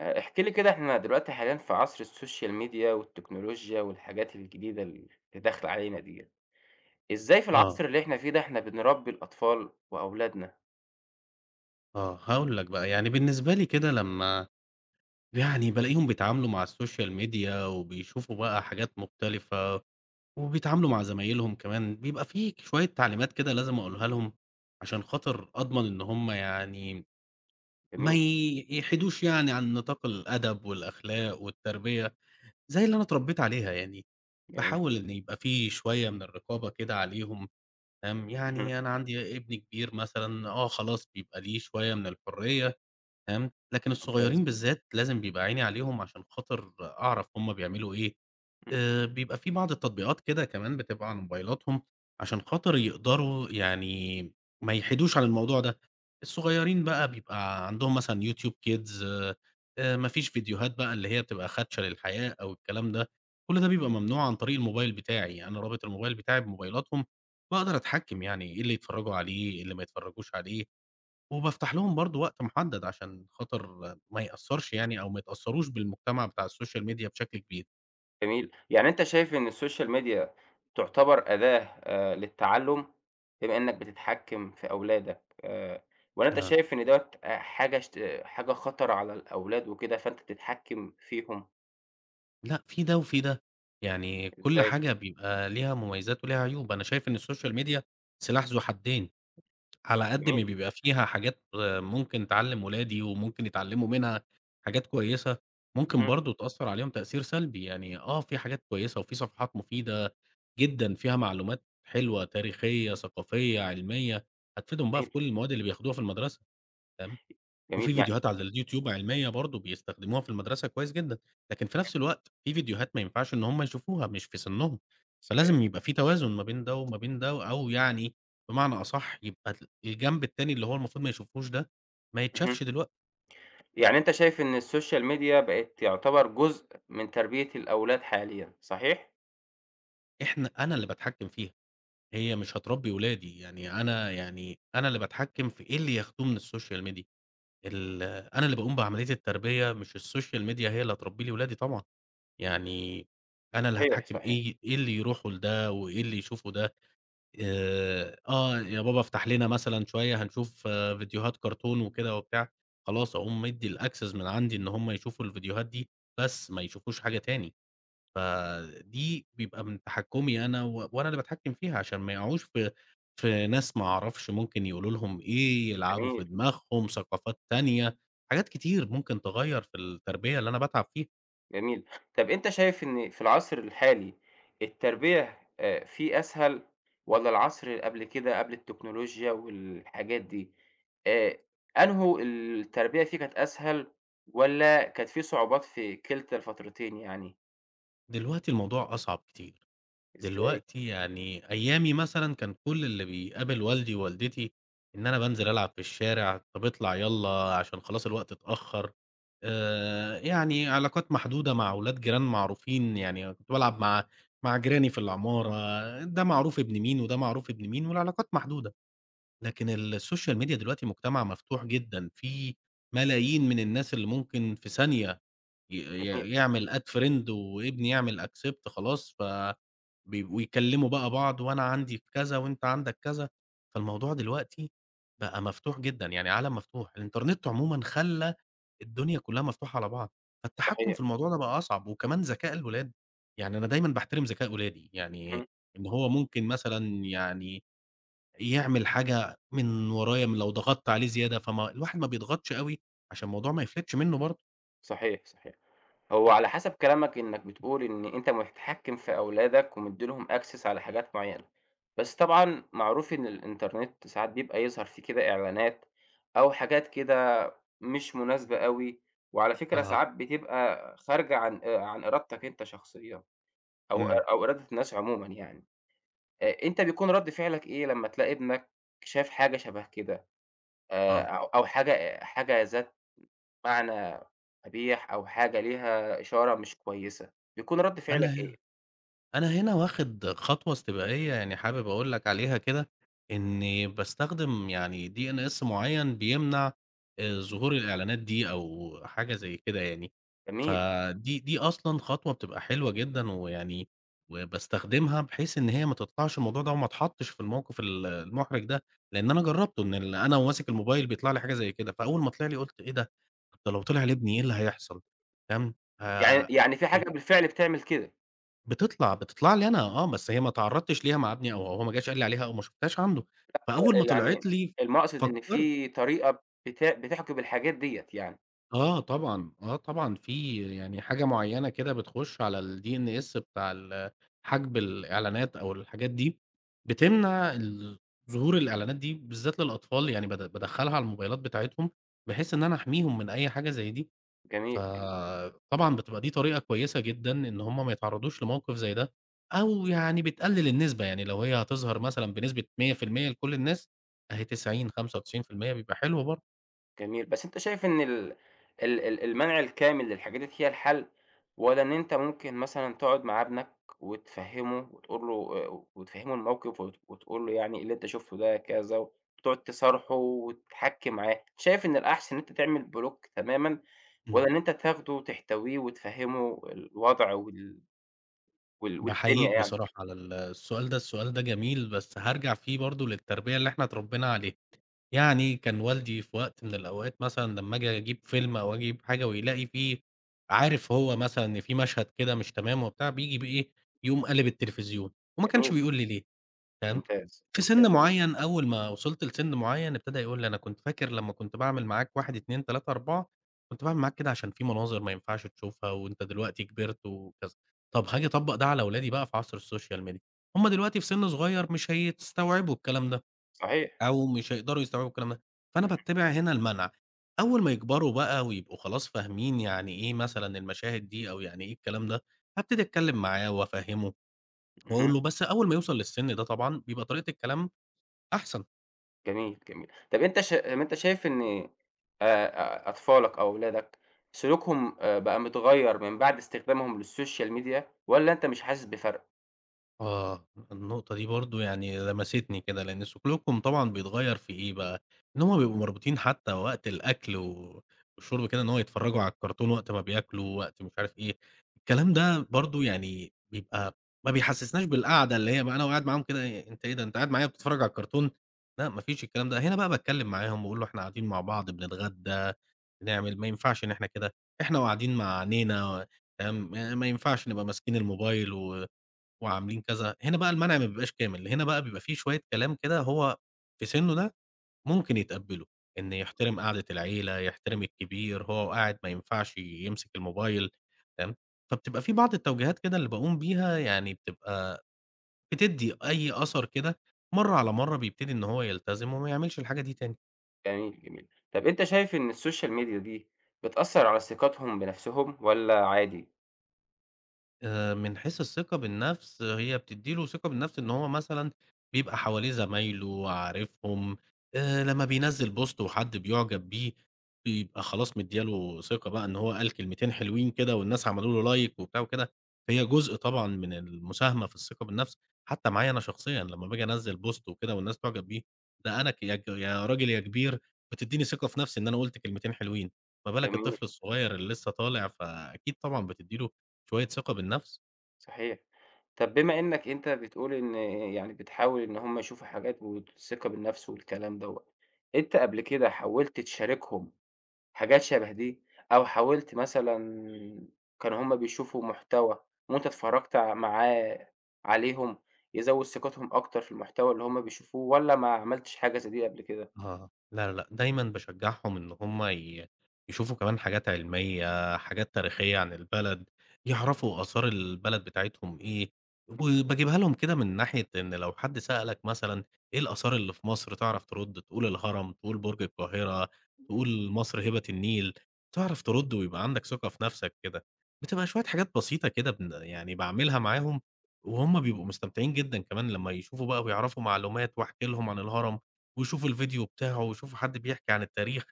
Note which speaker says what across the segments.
Speaker 1: احكِ لي كده إحنا دلوقتي حاليًا في عصر السوشيال ميديا والتكنولوجيا والحاجات الجديدة اللي داخلة علينا ديّة، إزاي في
Speaker 2: آه،
Speaker 1: العصر اللي إحنا فيه ده إحنا بنربي الأطفال وأولادنا؟
Speaker 2: آه، هاقول لك بقى، يعني بالنسبة لي كده لمّا بالاقيهم بيتعاملوا مع السوشيال ميديا وبيشوفوا بقى حاجات مختلفة، وبيتعاملوا مع زمايلهم كمان، بيبقى في شوية تعليمات كده لازم أقولها لهم، عشان خاطر أضمن إن هُم يعني ما
Speaker 1: جميل،
Speaker 2: ي يحيدوش يعني عن نطاق الأدب والأخلاق والتربية، زي اللي أنا اتربيت عليها يعني،
Speaker 1: جميل،
Speaker 2: باحاول إن يبقى في شوية من الرقابة كده عليهم، تمام،
Speaker 1: اهم،
Speaker 2: يعني أنا عندي ابن كبير مثلًا، آه، خلاص بيبقى ليه شوية من الحرية. فهمت، لكن
Speaker 1: ممتاز،
Speaker 2: الصغيرين بالذات لازم بيبقى عيني عليهم عشان خاطر أعرف هم بيعملوا إيه.
Speaker 1: إمم،
Speaker 2: بيبقى في بعض التطبيقات كده كمان بتبقى على موبايلاتهم عشان خاطر يقدروا يعني ما يحيدوش عن الموضوع ده، الصغيرين بقى بيبقى عندهم مثلًا YouTube Kids. ما فيش فيديوهات بقى اللي هي بتبقى خادشة للحياة أو الكلام ده، كل ده بيبقى ممنوع عن طريق الموبايل بتاعي، يعني أنا رابط الموبايل بتاعي بموبايلاتهم، باقدر أتحكم يعني إيه اللي يتفرجوا عليه، إيه اللي ما يتفرجوش عليه. وبافتح لهم برضه وقت محدد عشان خاطر ما يأثّرش يعني أو ما يتأثّروش بالمجتمع بتاع السوشيال ميديا بشكل كبير.
Speaker 1: جميل، يعني أنت شايف إن السوشيال ميديا تعتبر أداة للتعلُّم بما إنك بتتحكم في أولادك آآ،، والّا أنت
Speaker 2: آه.
Speaker 1: شايف إن دوّة حاجة اشت آه، حاجة خطر على الأولاد وكده فأنت بتتحكم فيهم؟
Speaker 2: لأ، في ده وفي ده، يعني كل
Speaker 1: إزاي؟
Speaker 2: حاجة بيبقى ليها مميزات وليها عيوب. أنا شايف إن السوشيال ميديا سلاح ذو حدين، على قد ما
Speaker 1: جميل،
Speaker 2: بيبقى فيها حاجات آه، ممكن تعلّم ولادي وممكن يتعلّموا منها حاجات كويسة، ممكن
Speaker 1: اهم،
Speaker 2: برضه تأثّر عليهم تأثير سلبي، يعني آه، في حاجات كويسة وفي صفحات مفيدة جدًا، فيها معلومات حلوة تاريخية، ثقافية، علمية، هتفيدهم بقى
Speaker 1: جميل،
Speaker 2: في كل المواد اللي بياخدوها في المدرسة، تمام، وفي
Speaker 1: جميل،
Speaker 2: فيديوهات على اليوتيوب علمية برضه بيستخدموها في المدرسة كويس جدًا، لكن في
Speaker 1: اهم،
Speaker 2: نفس الوقت في فيديوهات ما ينفعش إن هم يشوفوها مش في سنهم،
Speaker 1: صحيح.
Speaker 2: فلازم يبقى في توازن ما بين ده وما بين ده، أو يعني بمعنى أصح يبقى الجنب التاني اللي هو المفروض ما يشوفوش ده، ما
Speaker 1: اهم.
Speaker 2: يتشافش دلوقتي.
Speaker 1: يعني أنت شايف إن السوشيال ميديا بقت يعتبر جزء من تربية الأولاد حاليًا، صحيح؟
Speaker 2: أنا اللي باتحكم فيها، هي مش هتربي ولادي، يعني أنا اللي باتحكم في إيه اللي ياخدوه من السوشيال ميديا. أنا اللي باقوم بعملية التربية، مش السوشيال ميديا هي اللي هتربي لي ولادي طبعًا، يعني أنا اللي
Speaker 1: صحيح،
Speaker 2: هاتحكم
Speaker 1: صحيح.
Speaker 2: إيه اللي يروحوا لده وإيه اللي يشوفوا ده، آه يا بابا افتح لنا مثلًا شوية هنشوف آه، فيديوهات كرتون وكده وبتاع، خلاص أقوم مدّي الaccess من عندي إن هم يشوفوا الفيديوهات دي، بس ما يشوفوش حاجة تاني. فدي بيبقى من تحكُّمي أنا و وأنا اللي باتحكّم فيها عشان ما يقعوش في ناس ما أعرفش ممكن يقولوا لهم إيه، يلعبوا
Speaker 1: جميل،
Speaker 2: في دماغهم، ثقافات تانية، حاجات كتير ممكن تغيّر في التربية اللي أنا باتعب فيها.
Speaker 1: جميل. طب أنت شايف إن في العصر الحالي التربية فيه أسهل والّا العصر اللي قبل كده، قبل التكنولوجيا والحاجات دي، آآ أنهو التربية فيه كانت أسهل والّا كانت في صعوبات في كلتا الفترتين يعني؟
Speaker 2: دلوقتي الموضوع أصعب كتير.
Speaker 1: إزاي؟
Speaker 2: دلوقتي يعني أيامي مثلًا كان كل اللي بيقابل والدي ووالدتي إن أنا بانزل ألعب في الشارع، طب اطلع يالّا عشان خلاص الوقت اتأخّر، يعني علاقات محدودة مع ولاد جيران معروفين، يعني كنت بالعب مع جيراني في العمارة، ده معروف ابن مين وده معروف ابن مين والعلاقات محدودة. لكن السوشيال ميديا دلوقتي مجتمع مفتوح جدًا، في ملايين من الناس اللي ممكن في ثانية ي
Speaker 1: جميل،
Speaker 2: ي يعمل add friend وابني يعمل accept خلاص، ف بيبقوا يكلّموا بقى بعض وأنا عندي كذا وأنت عندك كذا، فالموضوع دلوقتي بقى مفتوح جدًا، يعني عالم مفتوح، الإنترنت عمومًا خلّى الدنيا كلّها مفتوحة على بعض، فالتحكُم في
Speaker 1: صحيح،
Speaker 2: الموضوع ده بقى أصعب، وكمان ذكاء الولاد، يعني أنا دايمًا باحترم ذكاء ولادي، يعني
Speaker 1: إمم،
Speaker 2: إن هو ممكن مثلًا يعني يعمل حاجة من ورايا لو ضغطت عليه زيادة، فما الواحد ما بيضغطش أوي عشان الموضوع ما يفلتش منّه برضه.
Speaker 1: صحيح، صحيح. هو على حسب كلامك إنك بتقول إن أنت متحكم في أولادك ومدّي لهم access على حاجات معيّنة، بس طبعًا معروف إن الإنترنت ساعات بيبقى يظهر فيه كده إعلانات أو حاجات كده مش مناسبة أوي، وعلى فكرة
Speaker 2: آه.
Speaker 1: ساعات بتبقى خارجة عن إرادتك أنت شخصيًا أو إ
Speaker 2: إمم،
Speaker 1: أو إرادة الناس عمومًا يعني، أنت بيكون رَد فعلك إيه لمّا تلاقي ابنك شاف حاجة شبه كده،
Speaker 2: آه.
Speaker 1: أو أو حاجة حاجة ذات معنى قبيح أو حاجة ليها إشارة مش كويسة، بيكون رَد
Speaker 2: أنا
Speaker 1: فعلك إيه؟
Speaker 2: ه أنا هنا واخد خطوة استباقية يعني حابب أقول لك عليها كده، إني باستخدم يعني DNS معيّن بيمنع ظهور الإعلانات دي أو حاجة زي كده يعني،
Speaker 1: جميل.
Speaker 2: دي أصلًا خطوة بتبقى حلوة جدًا ويعني وباستخدمها بحيث إن هي ما تطلعش الموضوع ده وما اتحطش في الموقف المُحرج ده، لإن أنا جرّبته إن أنا وماسك الموبايل بيطلع لي حاجة زي كده، فأول ما طلع لي قُلت إيه ده! ده لو طلع لابني إيه اللي هيحصل، فاهم؟ ف
Speaker 1: يعني في حاجة بالفعل بتعمل كده،
Speaker 2: بتطلع لي أنا آه، بس هي ما تعرّضتش ليها مع ابني أو هو ما جاش قال لي عليها أو ما شُفتهاش عنده،
Speaker 1: آآ
Speaker 2: فأول ما
Speaker 1: يعني
Speaker 2: طلعت لي
Speaker 1: المقصد إن
Speaker 2: فكّرت
Speaker 1: في طريقة بتحجب الحاجات ديّة يعني.
Speaker 2: آه طبعًا، آه طبعًا في يعني حاجة معيّنة كده بتخُش على الDNS بتاع ال حَجْب الإعلانات أو الحاجات دي، بتمنع ال ظهور الإعلانات دي بالذات للأطفال، يعني بادخّلها على الموبايلات بتاعتهم بحيث إن أنا أحميهم من أي حاجة زي دي.
Speaker 1: جميل.
Speaker 2: فطبعًا بتبقى دي طريقة كويسة جدًا إن هم ما يتعرّضوش لموقف زي ده، أو يعني بتقلل النسبة، يعني لو هي هتظهر مثلًا بنسبة 100% لكل الناس، أهي 90، 95% بيبقى حلو برضه.
Speaker 1: جميل، بس أنت شايف إن ال ال ال المنع الكامل للحاجات دي هي الحل، والّا إن أنت ممكن مثلًا تقعد مع ابنك وتفهّمه وتقول له، وتفهّمه الموقف وتقول له يعني اللي أنت شُفته ده كذا وتقعد تصارحه وتحَكّي معاه، شايف إن الأحسن إن أنت تعمل بلوك تمامًا، والّا
Speaker 2: إمم.
Speaker 1: إن أنت تاخده وتحتويه وتفهّمه الوضع والدنيا
Speaker 2: باحييك
Speaker 1: يعني؟
Speaker 2: بصراحة على السؤال ده، السؤال ده جميل، بس هارجع فيه برضه للتربية اللي إحنا اتربينا عليها. يعني كان والدي في وقت من الأوقات مثلًا لمّا آجي أجيب فيلم أو أجيب حاجة ويلاقي فيه عارف هو مثلًا إن في مشهد كده مش تمام وبتاع، بييجي بإيه، يقوم قالب التلفزيون وما كانش
Speaker 1: جميل،
Speaker 2: بيقول لي ليه، فاهم،
Speaker 1: ممتاز،
Speaker 2: في سِن
Speaker 1: ممتاز،
Speaker 2: معيّن أول ما وصلت لسِن معيّن ابتدى يقول لي: "أنا كنت فاكر لمّا كنت باعمل معاك 1، 2، 3، 4 كنت باعمل معاك كده عشان في مناظر ما ينفعش تشوفها وأنت دلوقتي كبرت وكذا." طَب هاجي أطبّق ده على ولادي بقى في عصر الSocial Media، هُم دلوقتي في سِن صغير مش هيستوعبوا الكلام ده،
Speaker 1: صحيح.
Speaker 2: أو مش هيقدروا يستوعبوا الكلام ده، فأنا باتّبع هنا المنع. أول ما يكبروا بقى ويبقوا خلاص فاهمين يعني إيه مثلًا المشاهد دي أو يعني إيه الكلام ده، هابتدي أتكلّم معاه وأفهّمه
Speaker 1: اهم.
Speaker 2: وأقول له، بس أول ما يوصل للسِن ده طبعًا بيبقى طريقة الكلام أحسن.
Speaker 1: جميل، جميل. طَب أنت ش ما أنت شايف إن أطفالك أو أولادك سلوكهم بقى متغيّر من بعد استخدامهم للSocial media والّا أنت مش حاسس بفرق؟
Speaker 2: آه، النقطة دي برضه يعني لمستني كده، لإن سلوكهم طبعًا بيتغيّر في إيه بقى، إن هُم بيبقوا مربوطين حتى وقت الأكل و والشرب كده إن هو يتفرّجوا على الكرتون وقت ما بياكلوا، وقت مش عارف إيه، الكلام ده برضه يعني بيبقى ما بيحسّسناش بالقعدة اللي هي بقى أنا وقاعد معاهم كده إيه أنت إيه ده أنت قاعد معايا وبتتفرّج على الكرتون، لأ ما فيش الكلام ده، هنا بقى باتكلّم معاهم باقول له إحنا قاعدين مع بعض بنتغدى، بنعمل ما ينفعش إن إحنا كده، إحنا وقاعدين مع نينا تمام، ما ينفعش نبقى ماسكين الموبايل و وعاملين كذا، هنا بقى المنع ما بيبقاش كامل، هنا بقى بيبقى في شوية كلام كده هو في سنّه ده ممكن يتقبّله، إن يحترم قعدة العيلة، يحترم الكبير، هو قاعد ما ينفعش يمسك الموبايل، تمام، فبتبقى في بعض التوجيهات كده اللي باقوم بيها يعني بتبقى بتدّي أي أثر كده، مرّة على مرّة بيبتدي إن هو يلتزم وما يعملش الحاجة دي تاني.
Speaker 1: جميل، جميل. طَب أنت شايف إن الSocial media دي بتأثّر على ثقتهم بنفسهم والّا عادي؟
Speaker 2: من حيث الثقة بالنفس، هي بتدّي له ثقة بالنفس إن هو مثلًا بيبقى حواليه زمايله، عارفهم، لمّا بينزّل post وحد بيُعجب بيه، بيبقى خلاص مدّية له ثقة بقى إن هو قال كلمتين حلوين كده والناس عملوا له like وبتاع وكده، هي جزء طبعًا من المساهمة في الثقة بالنفس، حتى معايا أنا شخصيًا لمّا باجي أنزّل post وكده والناس تُعجب بيه، ده أنا ك يا ك يا راجل يا كبير بتدّيني ثقة في نفسي إن أنا قُلت كلمتين حلوين، ما بالك
Speaker 1: جميل،
Speaker 2: الطفل الصغير اللي لسه طالع، فأكيد طبعًا بتدّي له شوية ثقة بالنفس؟
Speaker 1: صحيح. طَب بما إنّك أنت بتقول إن يعني بتحاول إن هم يشوفوا حاجات والثقة بالنفس والكلام دوّة، أنت قبل كده حاولت تشاركهم حاجات شبه دي، أو حاولت مثلًا كانوا هُم بيشوفوا محتوى وأنت اتفرّجت معاه عليهم، يزوّد ثقتهم أكتر في المحتوى اللي هُم بيشوفوه والّا ما عملتش حاجة زي دي قبل كده؟
Speaker 2: آه، لا، لا، لأ، دايمًا باشجّعهم إن هم ي يشوفوا كمان حاجات علمية، حاجات تاريخية عن البلد، يعرفوا آثار البلد بتاعتهم إيه، وباجيبها لهم كده من ناحية إن لو حد سألك مثلًا إيه الآثار اللي في مصر تعرف ترُد، تقول الهرم، تقول برج القاهرة، تقول مصر هبة النيل، تعرف ترُد ويبقى عندك ثقة في نَفْسك كده. بتبقى شوية حاجات بسيطة كده يعني باعملها معاهم وهم بيبقوا مستمتعين جدًا كمان لمّا يشوفوا بقى ويعرفوا معلومات، واحكي لهم عن الهرم ويشوفوا الفيديو بتاعه ويشوفوا حد بيحكي عن التاريخ،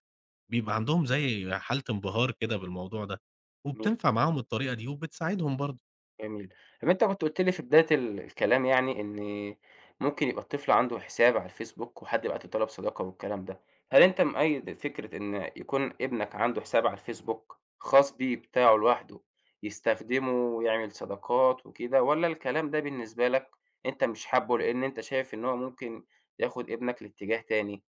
Speaker 2: بيبقى عندهم زي حالة انبهار كده بالموضوع ده، وبتنفع معاهم الطريقة دي وبتساعدهم برضه.
Speaker 1: جميل. طب أنت كنت قُلت لي في بداية الكلام يعني إن ممكن يبقى الطفل عنده حساب على الفيسبوك وحد يبعت له طلب صداقة والكلام ده، هل أنت مؤيّد فكرة إن يكون ابنك عنده حساب على الفيسبوك خاص بيه بتاعه لوحده يستخدمه ويعمل صداقات وكده، والّا الكلام ده بالنسبة لك أنت مش حابّه لإن أنت شايف إن هو ممكن ياخد ابنك لاتجاه تاني؟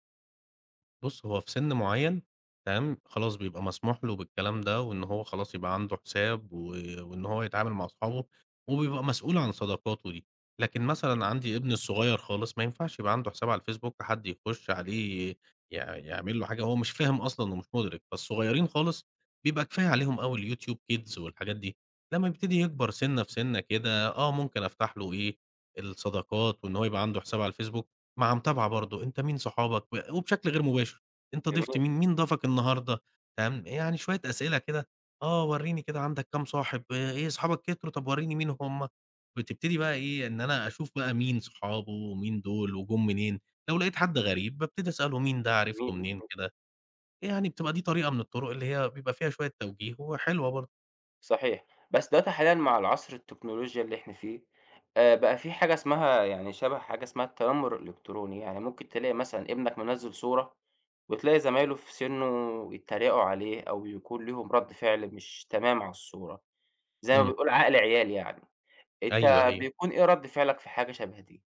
Speaker 2: بُص، هو في سِن معيّن تمام، خلاص بيبقى مسموح له بالكلام ده، وإن هو خلاص يبقى عنده حساب و وإن هو يتعامل مع أصحابه، وبيبقى مسؤول عن صداقاته دي. لكن مثلًا عندي ابني الصغير خالص ما ينفعش يبقى عنده حساب على الفيسبوك حد يخش عليه يعمل له حاجة هو مش فاهم أصلًا ومش مُدرك، فالصغيرين خالص بيبقى كفاية عليهم أوي الYouTube Kids والحاجات دي. لمّا يبتدي يكبر سِنّة في سِنّة كده، آه ممكن أفتح له إيه، الصداقات وإن هو يبقى عنده حساب على الفيسبوك، مع متابعة برضه، أنت مين صحابك؟ وبشكل غير مباشر، أنت ضِفت
Speaker 1: جميل،
Speaker 2: مين، مين ضافك النهارده؟ تمام، يعني شوية أسئلة كده، آه ورّيني كده عندك كام صاحب، آه، إيه صحابك كتروا، طب ورّيني مين هُم، بتبتدي بقى إيه، إن أنا أشوف بقى مين صحابه ومين دول وجُم منين، لو لقيت حد غريب بابتدي أسأله مين ده، عرفته
Speaker 1: جميل.
Speaker 2: منين كده، يعني بتبقى دي طريقة من الطرق اللي هي بيبقى فيها شوية توجيه وحلوة برضه.
Speaker 1: صحيح، بس دلوقتي حاليًا مع العصر التكنولوجيا اللي إحنا فيه، بقى في حاجة اسمها يعني شبه حاجة اسمها التنمر الإلكتروني، يعني ممكن تلاقي مثلًا ابنك منزّل صورة وتلاقي زمايله في سنّه يتريقوا عليه أو يكون ليهم رَد فعل مش تمام على الصورة، زي ما
Speaker 2: إمم،
Speaker 1: بنقول عقل عيال يعني،
Speaker 2: أيوه،
Speaker 1: أنت
Speaker 2: أيوه.
Speaker 1: بيكون إيه رَد فعلك في حاجة شبه دي؟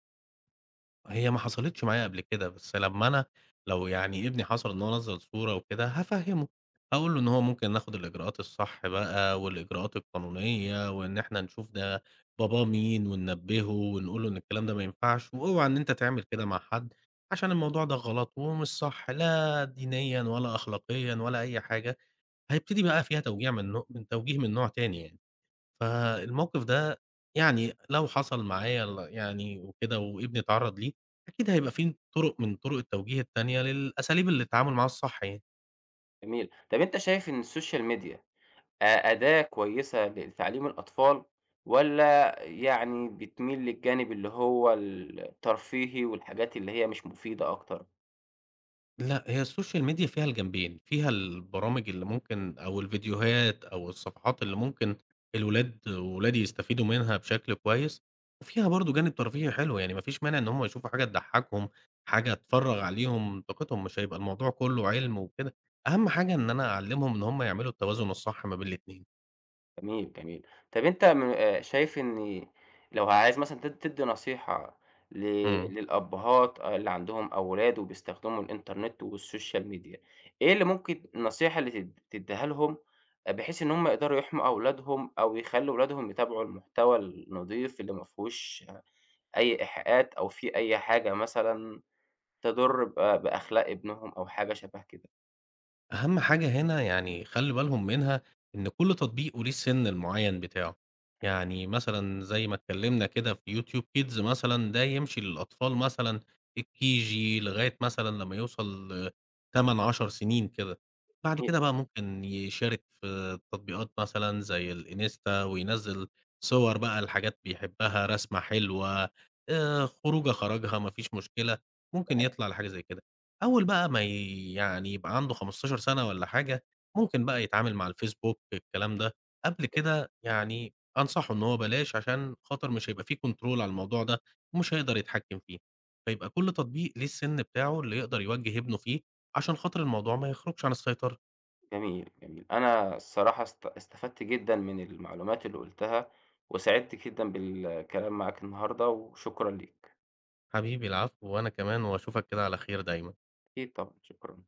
Speaker 2: هي ما حصلتش معايا قبل كده، بس لمّا أنا لو يعني ابني حصل إن هو نزّل صورة وكده، هافهّمه، هاقول له إن هو ممكن ناخد الإجراءات الصح بقى والإجراءات القانونية، وإن إحنا نشوف ده باباه مين وننبّهه ونقول له إن الكلام ده ما ينفعش، واوعى إن أنت تعمل كده مع حد، عشان الموضوع ده غلط ومش صح لا دينيًا ولا أخلاقيًا ولا أي حاجة، هيبتدي بقى فيها توجيع من نوع من توجيه من نوع تاني يعني. فالموقف ده يعني لو حصل معايا ال يعني وكده وابني اتعرّض ليه، أكيد هيبقى في طُرق من طُرق التوجيه التانية للأساليب اللي التعامل معاها الصح يعني.
Speaker 1: جميل، طَب أنت شايف إن السوشيال ميديا أداة كويسة لتعليم الأطفال، والّا يعني بتميل للجانب اللي هو الترفيهي والحاجات اللي هي مش مفيدة أكتر؟
Speaker 2: لأ، هي السوشيال ميديا فيها الجنبين، فيها البرامج اللي ممكن أو الفيديوهات أو الصفحات اللي ممكن ولادي يستفيدوا منها بشكل كويس، وفيها برضه جانب ترفيهي حلو، يعني ما فيش مانع إن هم يشوفوا حاجة تضحّكهم، حاجة تفرّغ عليهم طاقتهم، مش هيبقى الموضوع كلّه علم وكده، أهم حاجة إن أنا أعلّمهم إن هم يعملوا التوازن الصح ما بين الاتنين.
Speaker 1: جميل، جميل. طب أنت م شايف إن لو عايز مثلًا تدّي نصيحة ل
Speaker 2: إمم.
Speaker 1: للأبهات اللي عندهم أولاد وبيستخدموا الإنترنت والسوشيال ميديا، إيه اللي ممكن النصيحة اللي تدّيها لهم بحيث إن هم يقدروا يحموا أولادهم أو يخلّوا ولادهم يتابعوا المحتوى النضيف اللي ما فيهوش أي إيحاءات أو في أي حاجة مثلًا تضُر بأخلاق ابنهم أو حاجة شبه كده.
Speaker 2: أهم حاجة هنا يعني خلّي بالهم منها إن كل تطبيق وليه السِن المعيّن بتاعه، يعني مثلًا زي ما اتكلّمنا كده في YouTube Kids مثلًا ده يمشي للأطفال مثلًا الKG لغاية مثلًا لمّا يوصل 8، 10 سنين كده، بعد
Speaker 1: جميل،
Speaker 2: كده بقى ممكن يشارك في تطبيقات مثلًا زي الإنستا وينزّل صور بقى لحاجات بيحبها، رسمة حلوة، خروجة خرجها ما فيش مشكلة، ممكن يطلع لحاجة زي كده. أول بقى ما يعني يبقى عنده 15 سَنة والّا حاجة، ممكن بقى يتعامل مع الفيسبوك الكلام ده، قبل كده يعني أنصحه إن هو بلاش عشان خاطر مش هيبقى في control على الموضوع ده، ومش هيقدر يتحكم فيه، فيبقى كل تطبيق ليه السِن بتاعه اللي يقدر يوجّه ابنه فيه، عشان خاطر الموضوع ما يخرجش عن السيطرة.
Speaker 1: جميل، جميل. أنا الصراحة استفدت جدًا من المعلومات اللي قُلتها، وسعدت جدًا بالكلام معاك النهارده، وشكرًا ليك.
Speaker 2: حبيبي العفو، وأنا كمان وأشوفك كده على خير دايمًا.
Speaker 1: أكيد طبعًا، شكرًا.